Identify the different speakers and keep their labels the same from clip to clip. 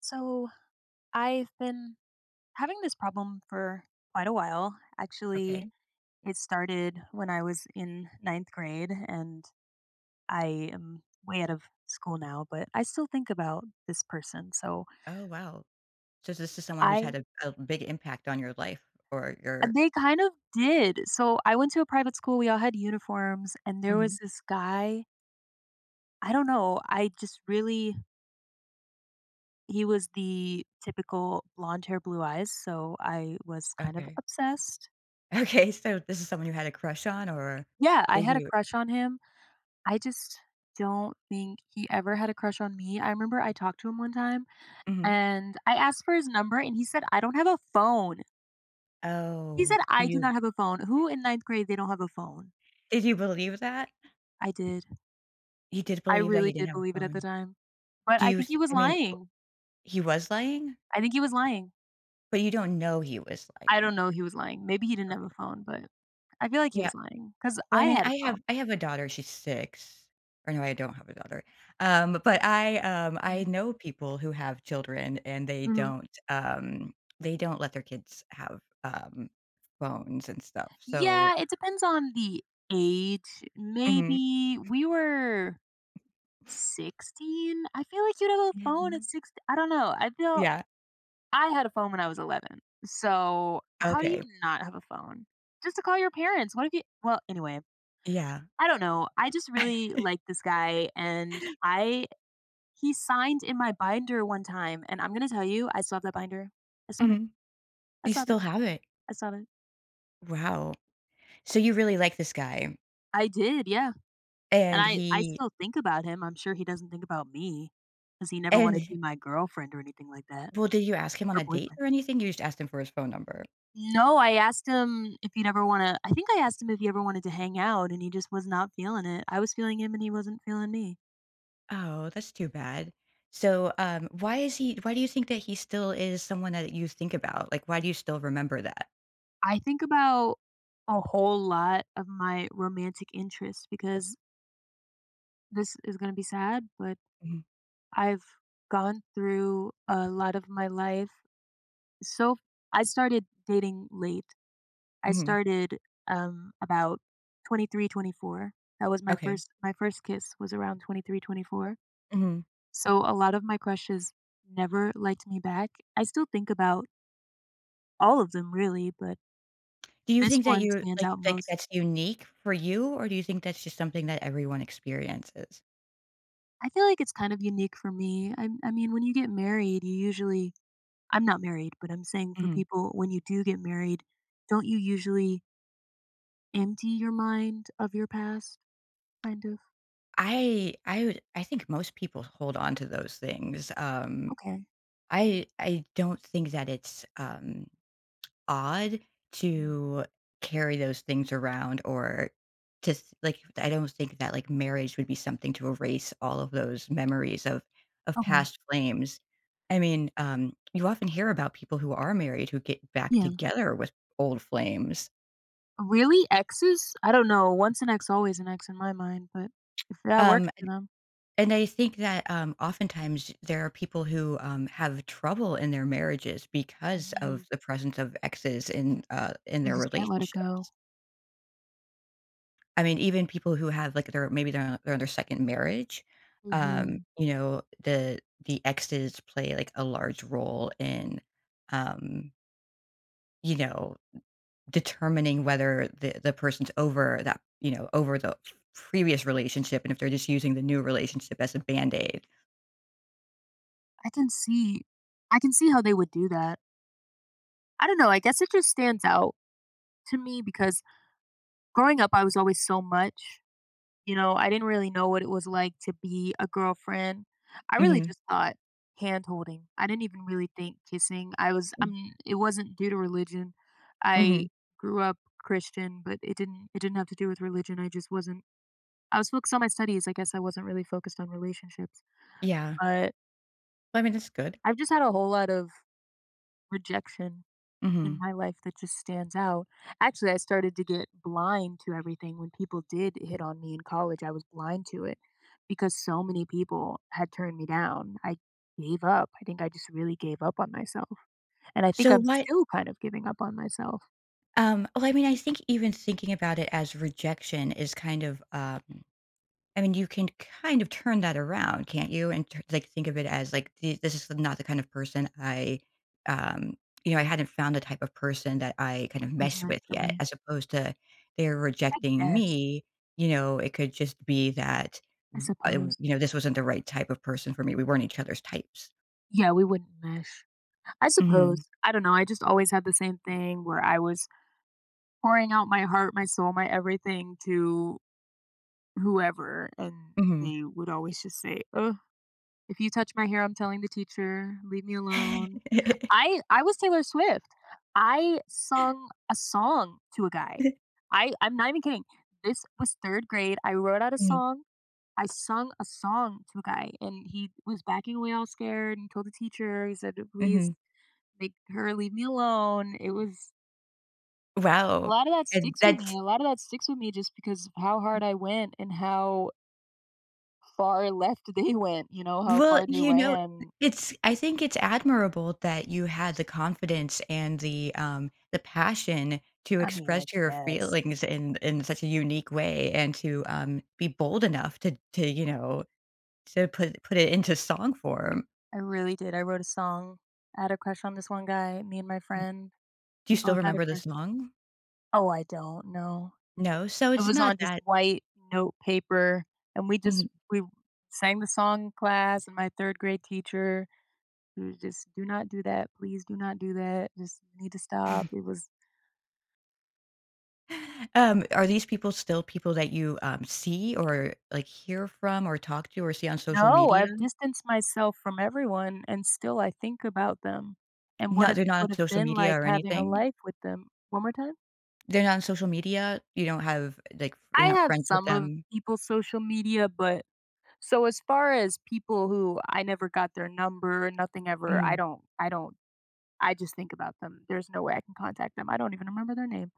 Speaker 1: So I've been having this problem for quite a while. Actually,
Speaker 2: Okay.
Speaker 1: it started when I was in ninth grade, and I am way out of school now, but I still think about this person. So
Speaker 2: Oh, wow. So this is someone who's had
Speaker 1: I,
Speaker 2: a big impact on your life or your
Speaker 1: they kind of did. So I went to a private school, we all had uniforms, and there
Speaker 2: mhm.
Speaker 1: was this guy. I don't know. I just really, he was the typical blonde hair, blue eyes. So I was kind of
Speaker 2: Okay.
Speaker 1: obsessed.
Speaker 2: Okay, so this is someone you had a crush on or
Speaker 1: Yeah, I
Speaker 2: did
Speaker 1: had a
Speaker 2: you
Speaker 1: crush on him. I just don't think he ever had a crush on me. I remember I talked to him one time
Speaker 2: hmm.
Speaker 1: and I asked for his number and he said, I don't have a phone. He
Speaker 2: Oh,
Speaker 1: said,
Speaker 2: do
Speaker 1: I do
Speaker 2: you
Speaker 1: not have a phone. Who in ninth grade, they don't have a phone?
Speaker 2: did you believe that?
Speaker 1: I did.
Speaker 2: He did
Speaker 1: I
Speaker 2: believe that
Speaker 1: really
Speaker 2: he didn't
Speaker 1: did
Speaker 2: have a
Speaker 1: believe it at the
Speaker 2: phone.
Speaker 1: time. But
Speaker 2: Do
Speaker 1: I
Speaker 2: you
Speaker 1: think he
Speaker 2: s-
Speaker 1: was
Speaker 2: I mean, w-
Speaker 1: lying.
Speaker 2: He was lying,
Speaker 1: I think he was lying.
Speaker 2: but you don't know he was
Speaker 1: I
Speaker 2: lying.
Speaker 1: don't know if he was lying. Maybe he didn't
Speaker 2: Okay.
Speaker 1: have a phone, but I feel like he
Speaker 2: Yeah,
Speaker 1: was lying because
Speaker 2: well,
Speaker 1: I had a
Speaker 2: I
Speaker 1: phone.
Speaker 2: have I have a daughter, she's 6, or no, I don't have a daughter. I
Speaker 1: Mm,
Speaker 2: know people who have children and
Speaker 1: mhm.
Speaker 2: they don't let their kids have, phones and stuff, so
Speaker 1: Yeah, it depends on the age.
Speaker 2: mhm.
Speaker 1: Maybe we were 16? I feel like you'd have a phone at
Speaker 2: Mhm.
Speaker 1: 6. I don't know. I feel
Speaker 2: Yeah,
Speaker 1: I had a phone when I was 11. So, how do you
Speaker 2: okay,
Speaker 1: not have a phone? Just to call your parents. What if you Well, anyway,
Speaker 2: yeah.
Speaker 1: I don't know. I just really like this guy and I he signed in my binder one time and I'm going to tell you, I still have that binder. I still have it.
Speaker 2: Mhm.
Speaker 1: I
Speaker 2: You
Speaker 1: still have it.
Speaker 2: still have it?
Speaker 1: I still have it.
Speaker 2: Wow. So you really like this guy,
Speaker 1: I did, yeah. And
Speaker 2: and
Speaker 1: I
Speaker 2: he
Speaker 1: still think about him. I'm sure he doesn't think about me because he never
Speaker 2: and
Speaker 1: wanted to be my girlfriend or anything like that
Speaker 2: well, did you ask him on
Speaker 1: or
Speaker 2: a date
Speaker 1: boyfriend.
Speaker 2: or anything? You just asked him for his phone number?
Speaker 1: No, I think I asked him if he ever wanted to hang out, and he just was not feeling it. I was feeling him, and he wasn't feeling me.
Speaker 2: Oh, that's too bad. So, why is he why do you think that he still is someone that you think about? Like, why do you still remember that?
Speaker 1: I think about a whole lot of my romantic interests because this is gonna be sad, but
Speaker 2: Mhm,
Speaker 1: I've gone through a lot of my life. So I started dating late. I
Speaker 2: mhm,
Speaker 1: started, about 23, 24. That was
Speaker 2: okay,
Speaker 1: my first kiss was around 23, 24.
Speaker 2: mhm.
Speaker 1: So a lot of my crushes never liked me back. I still think about all of them really, but
Speaker 2: Do you
Speaker 1: this
Speaker 2: think that
Speaker 1: one
Speaker 2: you
Speaker 1: stands out
Speaker 2: like,
Speaker 1: most.
Speaker 2: that's unique for you, or do you think that's just something that everyone experiences?
Speaker 1: I feel like it's kind of unique for me. I mean, when you get married, you usually, I'm not married, but I'm saying for
Speaker 2: Mhm.
Speaker 1: people, when you do get married, don't you usually empty your mind of your past? Kind of.
Speaker 2: I think most people hold on to those things, um,
Speaker 1: Okay.
Speaker 2: I I don't think that it's, um, odd
Speaker 1: Mhm.
Speaker 2: to carry those things around, or like, I don't think that marriage would be something to erase all of those memories of
Speaker 1: Okay.
Speaker 2: past flames. I mean, you often hear about people who are married who get back
Speaker 1: Yeah.
Speaker 2: together with old flames.
Speaker 1: Really? Exes? I don't know. Once an ex, always an ex in my mind, but if that works
Speaker 2: Um,
Speaker 1: for them,
Speaker 2: and I think that, oftentimes there are people who, have trouble in their marriages because of
Speaker 1: hmm
Speaker 2: the presence of exes in
Speaker 1: you
Speaker 2: their
Speaker 1: just can't let it go.
Speaker 2: relationships. I mean, even people who have, like, their maybe they're on their second marriage,
Speaker 1: hmm
Speaker 2: you know, the exes play, like, a large role in, um, you know, determining whether the person's over that, you know, over the previous relationship, and if they're just using the new relationship as a Band-Aid.
Speaker 1: I can see I can see how they would do that. I don't know, I guess it just stands out to me because growing up I was always so much, I didn't really know what it was like to be a girlfriend. I really
Speaker 2: Mhm.
Speaker 1: just thought hand holding. I didn't even really think kissing. I was
Speaker 2: Mm,
Speaker 1: I'm It wasn't due to religion. I
Speaker 2: mhm.
Speaker 1: grew up Christian, but it didn't have to do with religion. I just wasn't I was focused on my studies. I guess I wasn't really focused on relationships.
Speaker 2: Yeah.
Speaker 1: But
Speaker 2: Well, I mean, that's good.
Speaker 1: I've just had a whole lot of rejection in
Speaker 2: Mhm.
Speaker 1: my life that just stands out. Actually, I started to get blind to everything when people did hit on me in college. I was blind to it because so many people had turned me down. I gave up. I think I just really gave up on myself. And I think
Speaker 2: So
Speaker 1: I'm
Speaker 2: what,
Speaker 1: still kind of giving up on myself.
Speaker 2: I mean, I think even thinking about it as rejection is kind of, um, I mean, you can kind of turn that around, can't you? And like, think of it as like this is not the kind of person I, um, you know, I hadn't found the type of person that I kind of
Speaker 1: It was
Speaker 2: mesh
Speaker 1: meant
Speaker 2: with
Speaker 1: for
Speaker 2: yet.
Speaker 1: me.
Speaker 2: As opposed to they're
Speaker 1: I
Speaker 2: rejecting
Speaker 1: guess.
Speaker 2: me, you know, it could just be that
Speaker 1: I suppose.
Speaker 2: you know, this wasn't the right type of person for me. We weren't each other's types.
Speaker 1: Yeah, we wouldn't mesh. I
Speaker 2: Hmm.
Speaker 1: suppose. I don't know. I just always had the same thing where I was pouring out my heart, my soul, my everything to whoever, and
Speaker 2: Hmm.
Speaker 1: they would always just say, "Oh, if you touch my hair, I'm telling the teacher. Leave me alone." I was Taylor Swift. I sung a song to a guy. I'm not even kidding. This was 3rd grade. I wrote out a song. I sung a song to a guy, and he was backing away all scared and told the teacher, he said,
Speaker 2: Hmm.
Speaker 1: "Please make her leave me alone." It was A
Speaker 2: Wow,
Speaker 1: lot of that
Speaker 2: and
Speaker 1: sticks with
Speaker 2: that's.
Speaker 1: me. A lot of that sticks with me just because of how hard I went and how far left they went, how
Speaker 2: Well,
Speaker 1: far they
Speaker 2: you know,
Speaker 1: ran.
Speaker 2: it's, I think it's admirable that you had the confidence and the passion to
Speaker 1: I mean,
Speaker 2: express
Speaker 1: I
Speaker 2: your
Speaker 1: guess.
Speaker 2: feelings in such a unique way, and to, be bold enough to you know, to put it into song form.
Speaker 1: I really did. I wrote a song. I had a crush on this one guy, me and my friend.
Speaker 2: Do you
Speaker 1: We
Speaker 2: still
Speaker 1: both had a
Speaker 2: remember the
Speaker 1: crush.
Speaker 2: song?
Speaker 1: Oh, I don't know.
Speaker 2: No? So
Speaker 1: It
Speaker 2: it's
Speaker 1: was
Speaker 2: not
Speaker 1: on just
Speaker 2: that.
Speaker 1: white note paper and we just
Speaker 2: Mhm.
Speaker 1: we sang the song in class and my third grade teacher who was just do not do that. Please do not do that. Just you need to stop. It was.
Speaker 2: Are these people still people that you, see or, like, hear from or talk to or see on social
Speaker 1: No,
Speaker 2: media?
Speaker 1: I've distanced myself from everyone and still I think about them and what
Speaker 2: Not,
Speaker 1: it
Speaker 2: they're not on
Speaker 1: would have
Speaker 2: social
Speaker 1: been
Speaker 2: media
Speaker 1: like
Speaker 2: or
Speaker 1: having a
Speaker 2: anything?
Speaker 1: life with them. One more time?
Speaker 2: They're not on social media? You don't have, like, you're
Speaker 1: I
Speaker 2: not
Speaker 1: have
Speaker 2: friends with
Speaker 1: some of
Speaker 2: them?
Speaker 1: people's social media, but so as far as people who I never got their number, nothing ever, I
Speaker 2: Mm.
Speaker 1: don't, I don't, I just think about them. There's no way I can contact them. I don't even remember their name.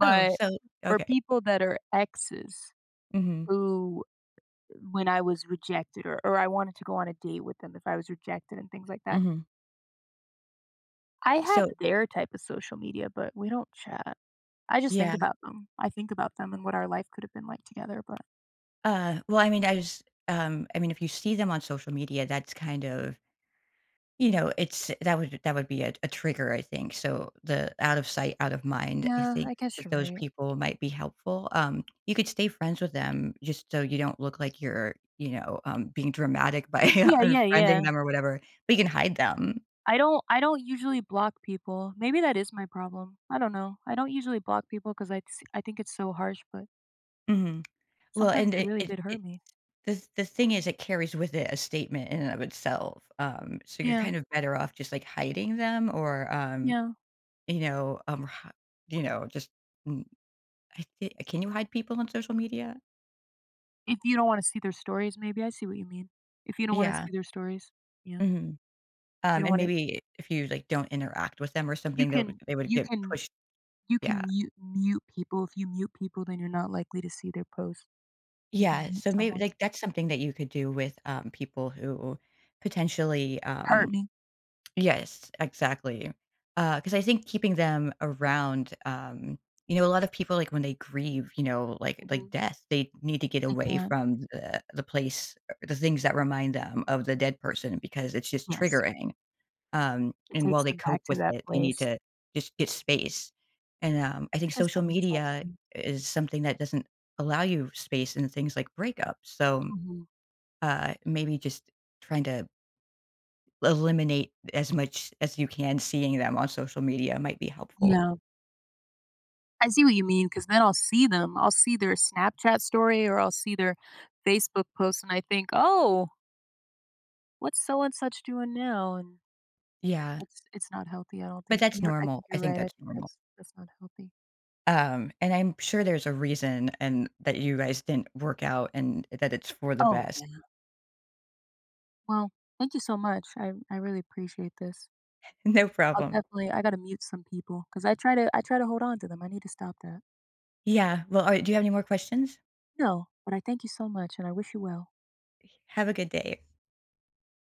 Speaker 2: Oh, so
Speaker 1: for
Speaker 2: okay.
Speaker 1: people that are exes
Speaker 2: Mhm.
Speaker 1: who, when I was rejected or I wanted to go on a date with them if I was rejected and things like that,
Speaker 2: Mhm.
Speaker 1: I have
Speaker 2: So
Speaker 1: their type of social media, but we don't chat. I just think
Speaker 2: yeah,
Speaker 1: about them. I think about them and what our life could have been like together, but.
Speaker 2: I mean, I was, I mean, if you see them on social media, that's kind of, you know, it's that would be a trigger, I think. So the out of sight, out of mind, I
Speaker 1: Yeah,
Speaker 2: think
Speaker 1: I guess
Speaker 2: that
Speaker 1: you're
Speaker 2: those
Speaker 1: right.
Speaker 2: people might be helpful. You could stay friends with them just so you don't look like you're, you know, being dramatic by
Speaker 1: Yeah, yeah, yeah.
Speaker 2: unfriending them or whatever, but you can hide them.
Speaker 1: I don't usually block people. Maybe that is my problem. I don't know. I don't usually block people 'cause I think it's so harsh, but
Speaker 2: Mhm. Well,
Speaker 1: sometimes
Speaker 2: and
Speaker 1: they
Speaker 2: it
Speaker 1: really
Speaker 2: it
Speaker 1: did
Speaker 2: it
Speaker 1: hurt me.
Speaker 2: the thing is it carries with it a statement in and of itself, so you're
Speaker 1: Yeah.
Speaker 2: kind of better off just, like, hiding them, or,
Speaker 1: Yeah.
Speaker 2: you know, h you know, just mm, I thi can you hide people on social media?
Speaker 1: If you don't want to see their stories, maybe I see what you mean. If you don't want to
Speaker 2: Yeah,
Speaker 1: see their stories, yeah.
Speaker 2: mhm,
Speaker 1: You don't
Speaker 2: and
Speaker 1: want it
Speaker 2: maybe if you, like, don't interact with them or
Speaker 1: you
Speaker 2: something, they'll
Speaker 1: can
Speaker 2: they would
Speaker 1: you
Speaker 2: get
Speaker 1: can
Speaker 2: pushed
Speaker 1: You can
Speaker 2: yeah.
Speaker 1: mute people. If you mute people, then you're not likely to see their posts. You can
Speaker 2: Yeah,
Speaker 1: mute
Speaker 2: so maybe,
Speaker 1: someone.
Speaker 2: like, that's something that you could do with, people who potentially, um.
Speaker 1: Hurt me.
Speaker 2: Yes, exactly. Because I think keeping them around, you know, a lot of people, like, when they grieve, you know, like
Speaker 1: Mhm.
Speaker 2: death, they need to get
Speaker 1: They
Speaker 2: away
Speaker 1: can't.
Speaker 2: from the place, the things that remind them of the dead person because it's just
Speaker 1: Yes.
Speaker 2: triggering.
Speaker 1: It
Speaker 2: And while
Speaker 1: takes
Speaker 2: they
Speaker 1: them
Speaker 2: cope
Speaker 1: back to
Speaker 2: with
Speaker 1: that
Speaker 2: it, they need
Speaker 1: place.
Speaker 2: to just get space. And, I
Speaker 1: I
Speaker 2: think
Speaker 1: guess
Speaker 2: social
Speaker 1: that makes a lot
Speaker 2: media
Speaker 1: of sense.
Speaker 2: is something that doesn't allow you space in things like breakups. So,
Speaker 1: Mhm.
Speaker 2: maybe just trying to eliminate as much as you can, seeing them on social media might be helpful.
Speaker 1: Yeah. I see what you mean. Because then I'll see them. I'll see their Snapchat story or I'll see their Facebook post, and I think, "Oh, what's so and such doing now?" And
Speaker 2: Yeah,
Speaker 1: it's not healthy, I don't
Speaker 2: but
Speaker 1: think.
Speaker 2: that's
Speaker 1: You're I
Speaker 2: normal.
Speaker 1: think
Speaker 2: I
Speaker 1: you're
Speaker 2: think
Speaker 1: right. I
Speaker 2: that's
Speaker 1: think
Speaker 2: normal.
Speaker 1: that's not healthy.
Speaker 2: And I'm sure there's a reason and that you guys didn't work out and that it's for the
Speaker 1: Oh,
Speaker 2: best.
Speaker 1: yeah. Well, thank you so much. I really appreciate this.
Speaker 2: No problem.
Speaker 1: I gotta mute some people, cause I try to hold on to them. I need to stop that.
Speaker 2: Yeah, well, alright, do you have any more questions?
Speaker 1: No, but I thank you so much, and I wish you well.
Speaker 2: Have a good day.